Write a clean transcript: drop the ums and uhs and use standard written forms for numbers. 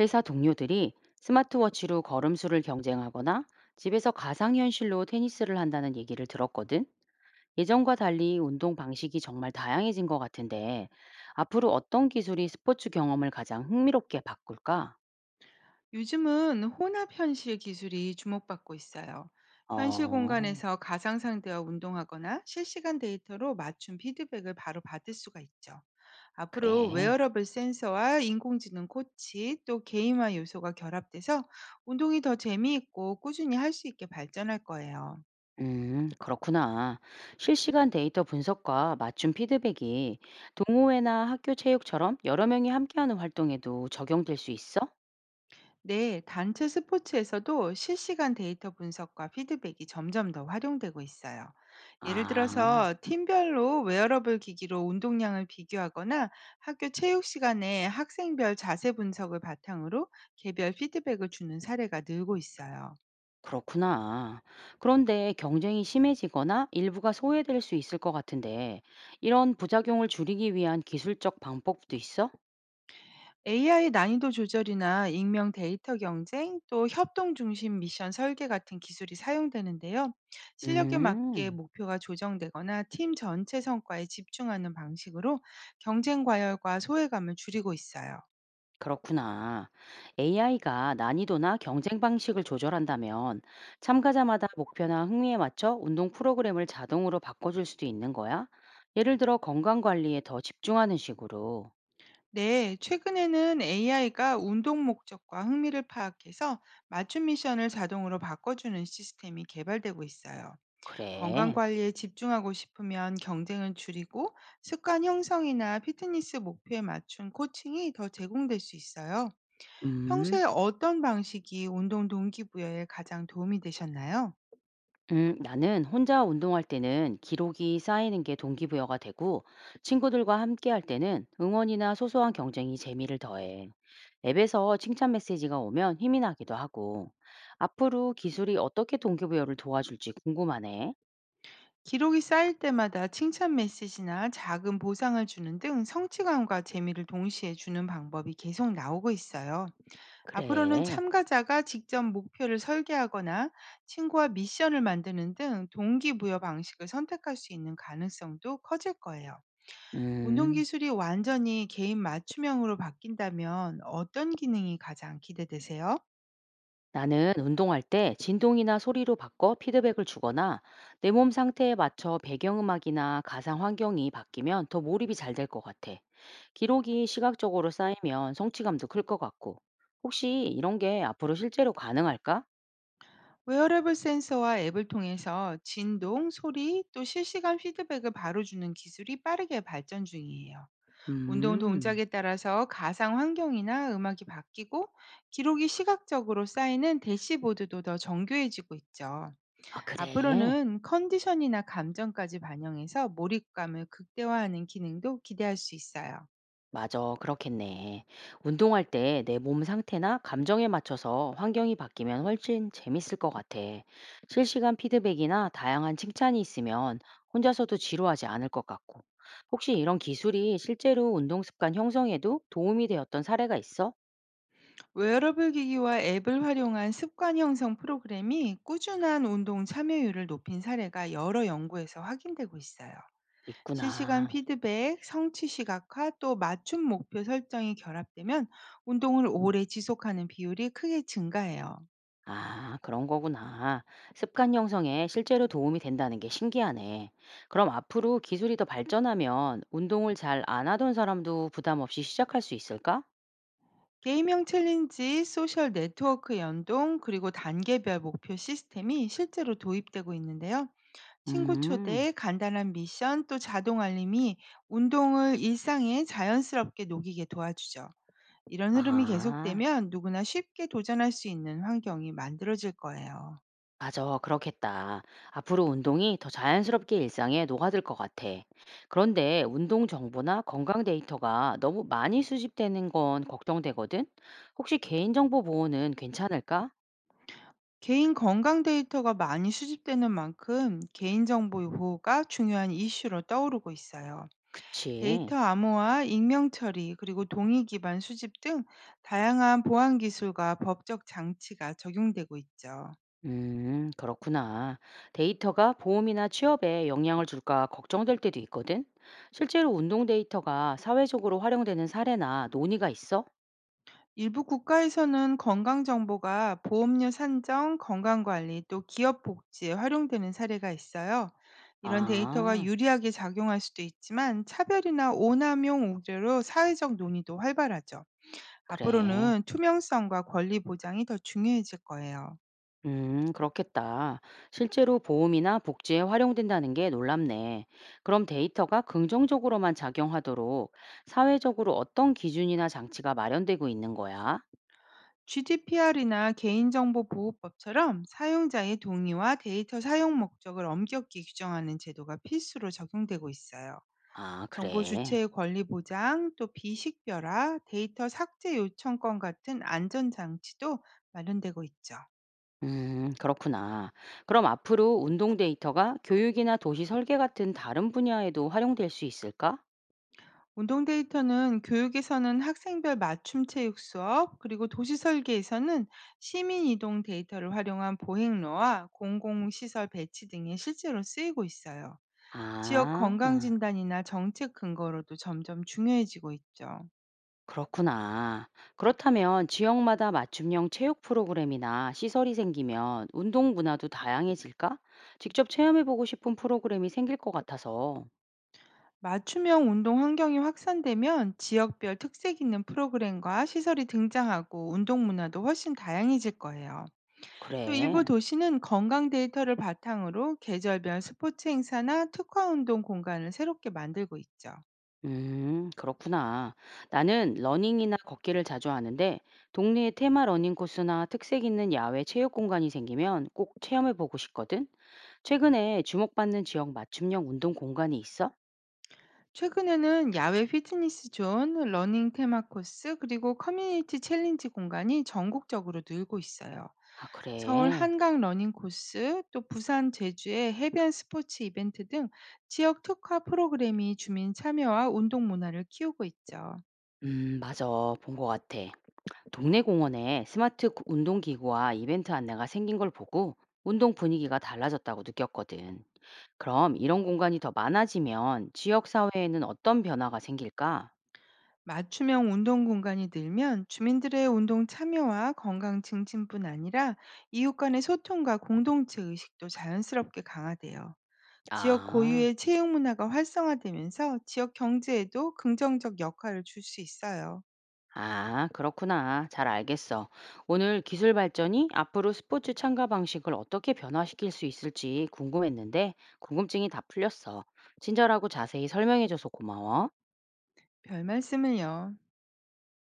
회사 동료들이 스마트워치로 걸음수를 경쟁하거나 집에서 가상현실로 테니스를 한다는 얘기를 들었거든. 예전과 달리 운동 방식이 정말 다양해진 것 같은데, 앞으로 어떤 기술이 스포츠 경험을 가장 흥미롭게 바꿀까? 요즘은 혼합 현실 기술이 주목받고 있어요. 현실 어, 공간에서 가상 상대와 운동하거나 실시간 데이터로 맞춤 피드백을 바로 받을 수가 있죠. 앞으로 그래. 웨어러블 센서와 인공지능 코치 또 게임화 요소가 결합돼서 운동이 더 재미있고 꾸준히 할 수 있게 발전할 거예요. 그렇구나. 실시간 데이터 분석과 맞춤 피드백이 동호회나 학교 체육처럼 여러 명이 함께하는 활동에도 적용될 수 있어? 네, 단체 스포츠에서도 실시간 데이터 분석과 피드백이 점점 더 활용되고 있어요. 예를 아. 들어서 팀별로 웨어러블 기기로 운동량을 비교하거나 학교 체육 시간에 학생별 자세 분석을 바탕으로 개별 피드백을 주는 사례가 늘고 있어요. 그렇구나. 그런데 경쟁이 심해지거나 일부가 소외될 수 있을 것 같은데, 이런 부작용을 줄이기 위한 기술적 방법도 있어? AI 난이도 조절이나 익명 데이터 경쟁, 또 협동 중심 미션 설계 같은 기술이 사용되는데요. 실력에 맞게 음, 목표가 조정되거나 팀 전체 성과에 집중하는 방식으로 경쟁 과열과 소외감을 줄이고 있어요. 그렇구나. AI가 난이도나 경쟁 방식을 조절한다면 참가자마다 목표나 흥미에 맞춰 운동 프로그램을 자동으로 바꿔줄 수도 있는 거야? 예를 들어 건강 관리에 더 집중하는 식으로. 네, 최근에는 AI가 운동 목적과 흥미를 파악해서 맞춤 미션을 자동으로 바꿔주는 시스템이 개발되고 있어요. 건강 그래. 관리에 집중하고 싶으면 경쟁을 줄이고 습관 형성이나 피트니스 목표에 맞춘 코칭이 더 제공될 수 있어요. 음. 평소에 어떤 방식이 운동 동기부여에 가장 도움이 되셨나요? 나는 혼자 운동할 때는 기록이 쌓이는 게 동기부여가 되고, 친구들과 함께 할 때는 응원이나 소소한 경쟁이 재미를 더해. 앱에서 칭찬 메시지가 오면 힘이 나기도 하고, 앞으로 기술이 어떻게 동기부여를 도와줄지 궁금하네. 기록이 쌓일 때마다 칭찬 메시지나 작은 보상을 주는 등 성취감과 재미를 동시에 주는 방법이 계속 나오고 있어요. 앞으로는 그래. 참가자가 직접 목표를 설계하거나 친구와 미션을 만드는 등 동기부여 방식을 선택할 수 있는 가능성도 커질 거예요. 운동 음. 기술이 완전히 개인 맞춤형으로 바뀐다면 어떤 기능이 가장 기대되세요? 나는 운동할 때 진동이나 소리로 바꿔 피드백을 주거나 내 몸 상태에 맞춰 배경음악이나 가상 환경이 바뀌면 더 몰입이 잘 될 것 같아. 기록이 시각적으로 쌓이면 성취감도 클 것 같고. 혹시 이런 게 앞으로 실제로 가능할까? 웨어러블 센서와 앱을 통해서 진동, 소리, 또 실시간 피드백을 바로 주는 기술이 빠르게 발전 중이에요. 운동 음, 동작에 따라서 가상 환경이나 음악이 바뀌고 기록이 시각적으로 쌓이는 대시보드도 더 정교해지고 있죠. 아, 그래. 앞으로는 컨디션이나 감정까지 반영해서 몰입감을 극대화하는 기능도 기대할 수 있어요. 맞아, 그렇겠네. 운동할 때 내 몸 상태나 감정에 맞춰서 환경이 바뀌면 훨씬 재밌을 것 같아. 실시간 피드백이나 다양한 칭찬이 있으면 혼자서도 지루하지 않을 것 같고. 혹시 이런 기술이 실제로 운동 습관 형성에도 도움이 되었던 사례가 있어? 웨어러블 기기와 앱을 활용한 습관 형성 프로그램이 꾸준한 운동 참여율을 높인 사례가 여러 연구에서 확인되고 있어요. 실시간 있구나. 피드백, 성취 시각화, 또 맞춤 목표 설정이 결합되면 운동을 오래 지속하는 비율이 크게 증가해요. 아, 그런 거구나. 습관 형성에 실제로 도움이 된다는 게 신기하네. 그럼 앞으로 기술이 더 발전하면 운동을 잘 안 하던 사람도 부담 없이 시작할 수 있을까? 게임형 챌린지, 소셜 네트워크 연동, 그리고 단계별 목표 시스템이 실제로 도입되고 있는데요. 친구 음. 초대, 간단한 미션, 또 자동 알림이 운동을 일상에 자연스럽게 녹이게 도와주죠. 이런 흐름이 아. 계속되면 누구나 쉽게 도전할 수 있는 환경이 만들어질 거예요. 맞아. 그렇겠다. 앞으로 운동이 더 자연스럽게 일상에 녹아들 것 같아. 그런데 운동 정보나 건강 데이터가 너무 많이 수집되는 건 걱정되거든? 혹시 개인정보 보호는 괜찮을까? 개인 건강 데이터가 많이 수집되는 만큼 개인정보 보호가 중요한 이슈로 떠오르고 있어요. 데이터 그치. 암호화, 익명 처리, 그리고 동의 기반 수집 등 다양한 보안 기술과 법적 장치가 적용되고 있죠. 그렇구나. 데이터가 보험이나 취업에 영향을 줄까 걱정될 때도 있거든? 실제로 운동 데이터가 사회적으로 활용되는 사례나 논의가 있어? 일부 국가에서는 건강 정보가 보험료 산정, 건강 관리, 또 기업 복지에 활용되는 사례가 있어요. 이런 데이터가 아, 유리하게 작용할 수도 있지만 차별이나 오남용 우려로 사회적 논의도 활발하죠. 그래. 앞으로는 투명성과 권리 보장이 더 중요해질 거예요. 그렇겠다. 실제로 보험이나 복지에 활용된다는 게 놀랍네. 그럼 데이터가 긍정적으로만 작용하도록 사회적으로 어떤 기준이나 장치가 마련되고 있는 거야? GDPR이나 개인정보보호법처럼 사용자의 동의와 데이터 사용 목적을 엄격히 규정하는 제도가 필수로 적용되고 있어요. 아, 정보 그래. 주체의 권리 보장, 또 비식별화, 데이터 삭제 요청권 같은 안전장치도 마련되고 있죠. 그렇구나. 그럼 앞으로 운동 데이터가 교육이나 도시 설계 같은 다른 분야에도 활용될 수 있을까? 운동 데이터는 교육에서는 학생별 맞춤 체육 수업, 그리고 도시 설계에서는 시민 이동 데이터를 활용한 보행로와 공공시설 배치 등에 실제로 쓰이고 있어요. 지역 아. 건강 응. 진단이나 정책 근거로도 점점 중요해지고 있죠. 그렇구나. 그렇다면 지역마다 맞춤형 체육 프로그램이나 시설이 생기면 운동 문화도 다양해질까? 직접 체험해보고 싶은 프로그램이 생길 것 같아서. 맞춤형 운동 환경이 확산되면 지역별 특색 있는 프로그램과 시설이 등장하고 운동 문화도 훨씬 다양해질 거예요. 또 일부 그래. 도시는 건강 데이터를 바탕으로 계절별 스포츠 행사나 특화 운동 공간을 새롭게 만들고 있죠. 그렇구나. 나는 러닝이나 걷기를 자주 하는데 동네에 테마 러닝 코스나 특색 있는 야외 체육 공간이 생기면 꼭 체험해보고 싶거든. 최근에 주목받는 지역 맞춤형 운동 공간이 있어? 최근에는 야외 피트니스 존, 러닝 테마 코스, 그리고 커뮤니티 챌린지 공간이 전국적으로 늘고 있어요. 아, 서울 그래. 한강 러닝 코스, 또 부산 제주의 해변 스포츠 이벤트 등 지역 특화 프로그램이 주민 참여와 운동 문화를 키우고 있죠. 맞아. 본 것 같아. 동네 공원에 운동기구와 이벤트 안내가 생긴 걸 보고 운동 분위기가 달라졌다고 느꼈거든. 그럼 이런 공간이 더 많아지면 지역 사회에는 어떤 변화가 생길까? 맞춤형 운동 공간이 늘면 주민들의 운동 참여와 건강 증진뿐 아니라 이웃 간의 소통과 공동체 의식도 자연스럽게 강화돼요. 지역 아, 고유의 체육 문화가 활성화되면서 지역 경제에도 긍정적 역할을 줄 수 있어요. 그렇구나. 잘 알겠어. 오늘 기술 발전이 앞으로 스포츠 참가 방식을 어떻게 변화시킬 수 있을지 궁금했는데 궁금증이 다 풀렸어. 친절하고 자세히 설명해줘서 고마워. 별 말씀을요.